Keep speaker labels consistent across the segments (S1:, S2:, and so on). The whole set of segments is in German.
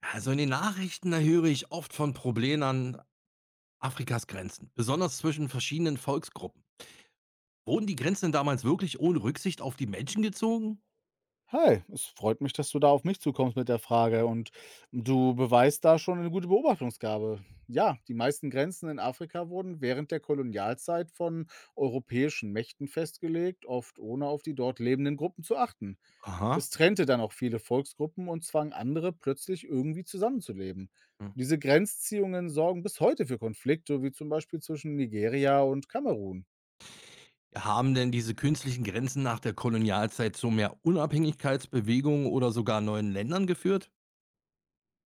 S1: Also in den Nachrichten da höre ich oft von Problemen an Afrikas Grenzen, besonders zwischen verschiedenen Volksgruppen. Wurden die Grenzen damals wirklich ohne Rücksicht auf die Menschen gezogen?
S2: Hi, es freut mich, dass du da auf mich zukommst mit der Frage und du beweist da schon eine gute Beobachtungsgabe. Ja, die meisten Grenzen in Afrika wurden während der Kolonialzeit von europäischen Mächten festgelegt, oft ohne auf die dort lebenden Gruppen zu achten.
S1: Aha.
S2: Es trennte dann auch viele Volksgruppen und zwang andere, plötzlich irgendwie zusammenzuleben.
S1: Hm.
S2: Diese Grenzziehungen sorgen bis heute für Konflikte, wie zum Beispiel zwischen Nigeria und Kamerun.
S1: Haben denn diese künstlichen Grenzen nach der Kolonialzeit zu mehr Unabhängigkeitsbewegungen oder sogar neuen Ländern geführt?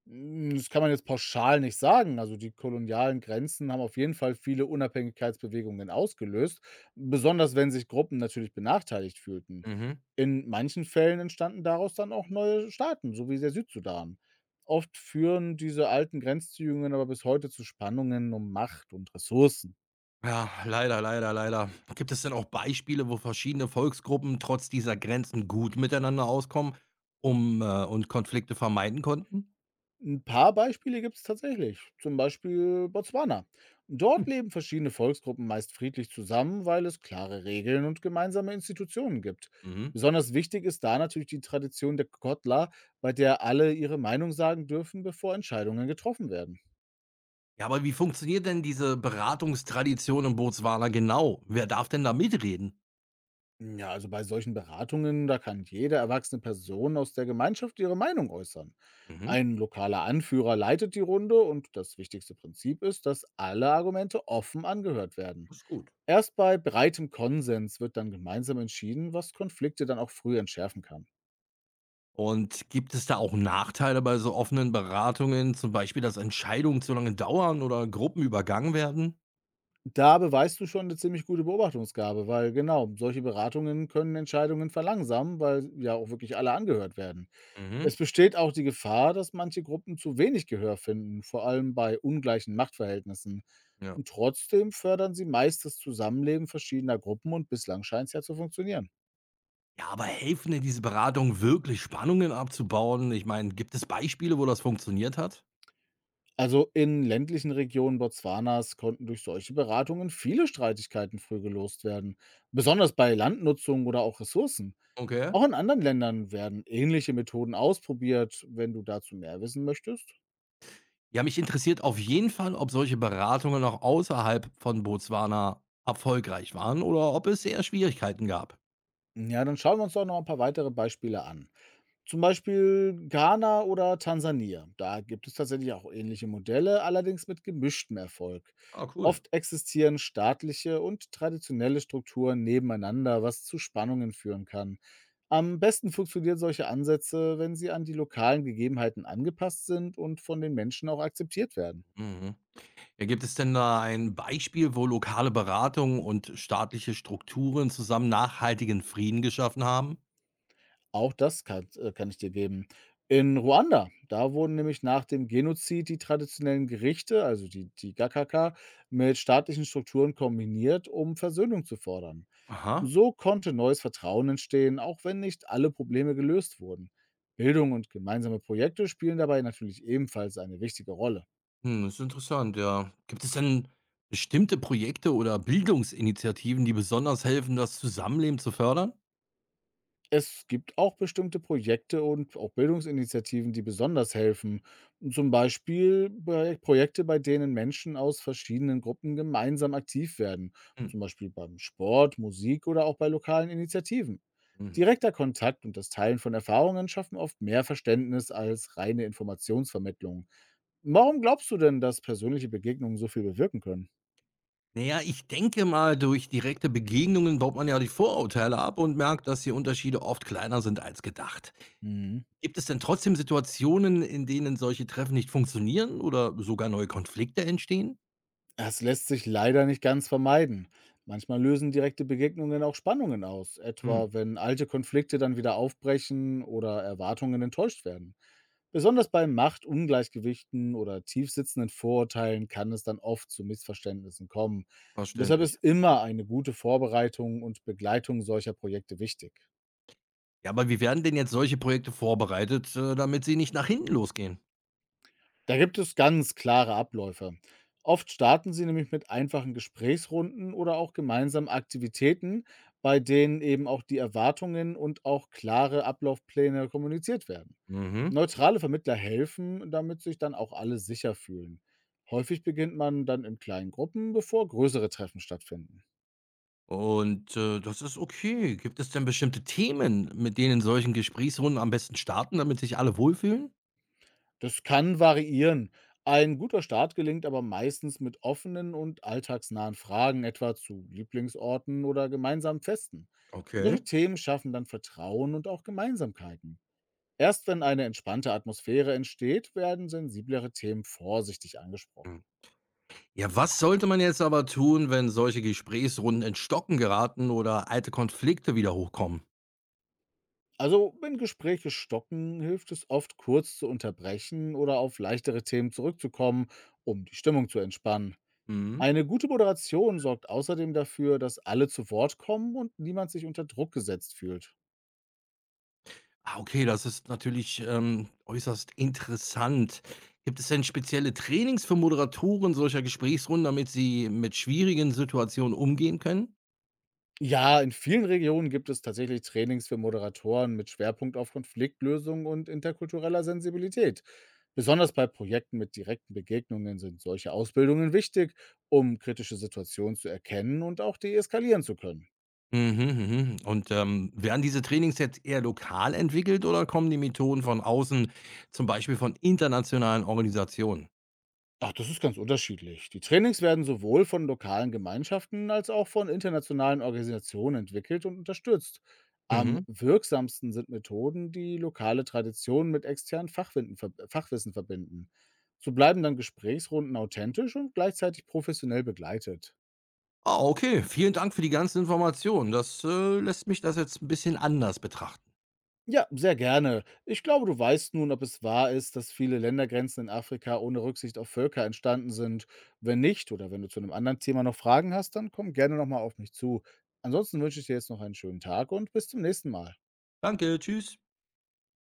S2: Hm, das kann man jetzt pauschal nicht sagen. Also, die kolonialen Grenzen haben auf jeden Fall viele Unabhängigkeitsbewegungen ausgelöst, besonders wenn sich Gruppen natürlich benachteiligt fühlten.
S1: Mhm.
S2: In manchen Fällen entstanden daraus dann auch neue Staaten, so wie der Südsudan. Oft führen diese alten Grenzziehungen aber bis heute zu Spannungen um Macht und Ressourcen.
S1: Ja, leider, leider, leider. Gibt es denn auch Beispiele, wo verschiedene Volksgruppen trotz dieser Grenzen gut miteinander auskommen und Konflikte vermeiden konnten?
S2: Ein paar Beispiele gibt es tatsächlich, zum Beispiel Botswana. Dort
S1: Hm.
S2: leben verschiedene Volksgruppen meist friedlich zusammen, weil es klare Regeln und gemeinsame Institutionen gibt.
S1: Mhm.
S2: Besonders wichtig ist da natürlich die Tradition der Kotla, bei der alle ihre Meinung sagen dürfen, bevor Entscheidungen getroffen werden.
S1: Ja, aber wie funktioniert denn diese Beratungstradition in Botswana genau? Wer darf denn da mitreden?
S2: Ja, also bei solchen Beratungen, da kann jede erwachsene Person aus der Gemeinschaft ihre Meinung äußern.
S1: Mhm,
S2: Ein lokaler Anführer leitet die Runde und das wichtigste Prinzip ist, dass alle Argumente offen angehört werden.
S1: das ist gut.
S2: Erst bei breitem Konsens wird dann gemeinsam entschieden, was Konflikte dann auch früh entschärfen kann.
S1: Und gibt es da auch Nachteile bei so offenen Beratungen, zum Beispiel, dass Entscheidungen zu lange dauern oder Gruppen übergangen werden?
S2: Da beweist du schon eine ziemlich gute Beobachtungsgabe, weil genau, solche Beratungen können Entscheidungen verlangsamen, weil ja auch wirklich alle angehört werden.
S1: Mhm,
S2: Es besteht auch die Gefahr, dass manche Gruppen zu wenig Gehör finden, vor allem bei ungleichen Machtverhältnissen.
S1: ja.
S2: Und trotzdem fördern sie meist das Zusammenleben verschiedener Gruppen und bislang scheint es ja zu funktionieren.
S1: Ja, aber helfen denn diese Beratungen wirklich Spannungen abzubauen? Ich meine, gibt es Beispiele, wo das funktioniert hat?
S2: Also in ländlichen Regionen Botswanas konnten durch solche Beratungen viele Streitigkeiten früh gelöst werden, besonders bei Landnutzung oder auch Ressourcen.
S1: Okay.
S2: Auch in anderen Ländern werden ähnliche Methoden ausprobiert, wenn du dazu mehr wissen möchtest.
S1: Ja, mich interessiert auf jeden Fall, ob solche Beratungen auch außerhalb von Botswana erfolgreich waren oder ob es eher Schwierigkeiten gab.
S2: Ja, dann schauen wir uns doch noch ein paar weitere Beispiele an. Zum Beispiel Ghana oder Tansania. Da gibt es tatsächlich auch ähnliche Modelle, allerdings mit gemischtem Erfolg.
S1: Ah, cool.
S2: Oft existieren staatliche und traditionelle Strukturen nebeneinander, was zu Spannungen führen kann. Am besten funktionieren solche Ansätze, wenn sie an die lokalen Gegebenheiten angepasst sind und von den Menschen auch akzeptiert werden.
S1: Mhm. Ja, gibt es denn da ein Beispiel, wo lokale Beratung und staatliche Strukturen zusammen nachhaltigen Frieden geschaffen haben?
S2: Auch das kann ich dir geben. In Ruanda, da wurden nämlich nach dem Genozid die traditionellen Gerichte, also die Gakaka, mit staatlichen Strukturen kombiniert, um Versöhnung zu fordern.
S1: Aha,
S2: So konnte neues Vertrauen entstehen, auch wenn nicht alle Probleme gelöst wurden. Bildung und gemeinsame Projekte spielen dabei natürlich ebenfalls eine wichtige Rolle.
S1: hm, das ist interessant, ja. Gibt es denn bestimmte Projekte oder Bildungsinitiativen, die besonders helfen, das Zusammenleben zu fördern?
S2: Es gibt auch bestimmte Projekte und auch Bildungsinitiativen, die besonders helfen. Zum Beispiel bei Projekte, bei denen Menschen aus verschiedenen Gruppen gemeinsam aktiv werden.
S1: Hm.
S2: Zum Beispiel beim Sport, Musik oder auch bei lokalen Initiativen.
S1: Mhm.
S2: Direkter Kontakt und das Teilen von Erfahrungen schaffen oft mehr Verständnis als reine Informationsvermittlung. Warum glaubst du denn, dass persönliche Begegnungen so viel bewirken können?
S1: Naja, ich denke mal, durch direkte Begegnungen baut man ja die Vorurteile ab und merkt, dass die Unterschiede oft kleiner sind als gedacht.
S2: Mhm.
S1: Gibt es denn trotzdem Situationen, in denen solche Treffen nicht funktionieren oder sogar neue Konflikte entstehen?
S2: Das lässt sich leider nicht ganz vermeiden. Manchmal lösen direkte Begegnungen auch Spannungen aus,
S1: Hm,
S2: etwa wenn alte Konflikte dann wieder aufbrechen oder Erwartungen enttäuscht werden. Besonders bei Machtungleichgewichten oder tiefsitzenden Vorurteilen kann es dann oft zu Missverständnissen kommen. Deshalb ist
S1: verständlich.
S2: immer eine gute Vorbereitung und Begleitung solcher Projekte wichtig.
S1: Ja, aber wie werden denn jetzt solche Projekte vorbereitet, damit sie nicht nach hinten losgehen?
S2: Da gibt es ganz klare Abläufe. Oft starten sie nämlich mit einfachen Gesprächsrunden oder auch gemeinsamen Aktivitäten, bei denen eben auch die Erwartungen und auch klare Ablaufpläne kommuniziert werden.
S1: Mhm.
S2: Neutrale Vermittler helfen, damit sich dann auch alle sicher fühlen. Häufig beginnt man dann in kleinen Gruppen, bevor größere Treffen stattfinden.
S1: Und das ist okay. Gibt es denn bestimmte Themen, mit denen solchen Gesprächsrunden am besten starten, damit sich alle wohlfühlen?
S2: Das kann variieren. Ein guter Start gelingt aber meistens mit offenen und alltagsnahen Fragen, etwa zu Lieblingsorten oder gemeinsamen Festen.
S1: Okay.
S2: Solche Themen schaffen dann Vertrauen und auch Gemeinsamkeiten. Erst wenn eine entspannte Atmosphäre entsteht, werden sensiblere Themen vorsichtig angesprochen.
S1: Hm. Ja, was sollte man jetzt aber tun, wenn solche Gesprächsrunden in Stocken geraten oder alte Konflikte wieder hochkommen?
S2: Also, wenn Gespräche stocken, hilft es oft kurz zu unterbrechen oder auf leichtere Themen zurückzukommen, um die Stimmung zu entspannen. Eine gute Moderation sorgt außerdem dafür, dass alle zu Wort kommen und niemand sich unter Druck gesetzt fühlt.
S1: Ah, okay, das ist natürlich, äußerst interessant. Gibt es denn spezielle Trainings für Moderatoren solcher Gesprächsrunden, damit sie mit schwierigen Situationen umgehen können?
S2: Ja, in vielen Regionen gibt es tatsächlich Trainings für Moderatoren mit Schwerpunkt auf Konfliktlösung und interkultureller Sensibilität. Besonders bei Projekten mit direkten Begegnungen sind solche Ausbildungen wichtig, um kritische Situationen zu erkennen und auch deeskalieren zu können.
S1: Mhm, mhm. Und werden diese Trainings jetzt eher lokal entwickelt oder kommen die Methoden von außen, zum Beispiel von internationalen Organisationen?
S2: Ach, das ist ganz unterschiedlich. Die Trainings werden sowohl von lokalen Gemeinschaften als auch von internationalen Organisationen entwickelt und unterstützt. Am
S1: Mhm.
S2: wirksamsten sind Methoden, die lokale Traditionen mit externen Fachwissen verbinden. So bleiben dann Gesprächsrunden authentisch und gleichzeitig professionell begleitet.
S1: Ah, okay. Vielen Dank für die ganzen Informationen. Lässt mich das jetzt ein bisschen anders betrachten.
S2: Ja, sehr gerne. Ich glaube, du weißt nun, ob es wahr ist, dass viele Ländergrenzen in Afrika ohne Rücksicht auf Völker entstanden sind. Wenn nicht oder wenn du zu einem anderen Thema noch Fragen hast, dann komm gerne nochmal auf mich zu. Ansonsten wünsche ich dir jetzt noch einen schönen Tag und bis zum nächsten Mal.
S1: Danke, tschüss.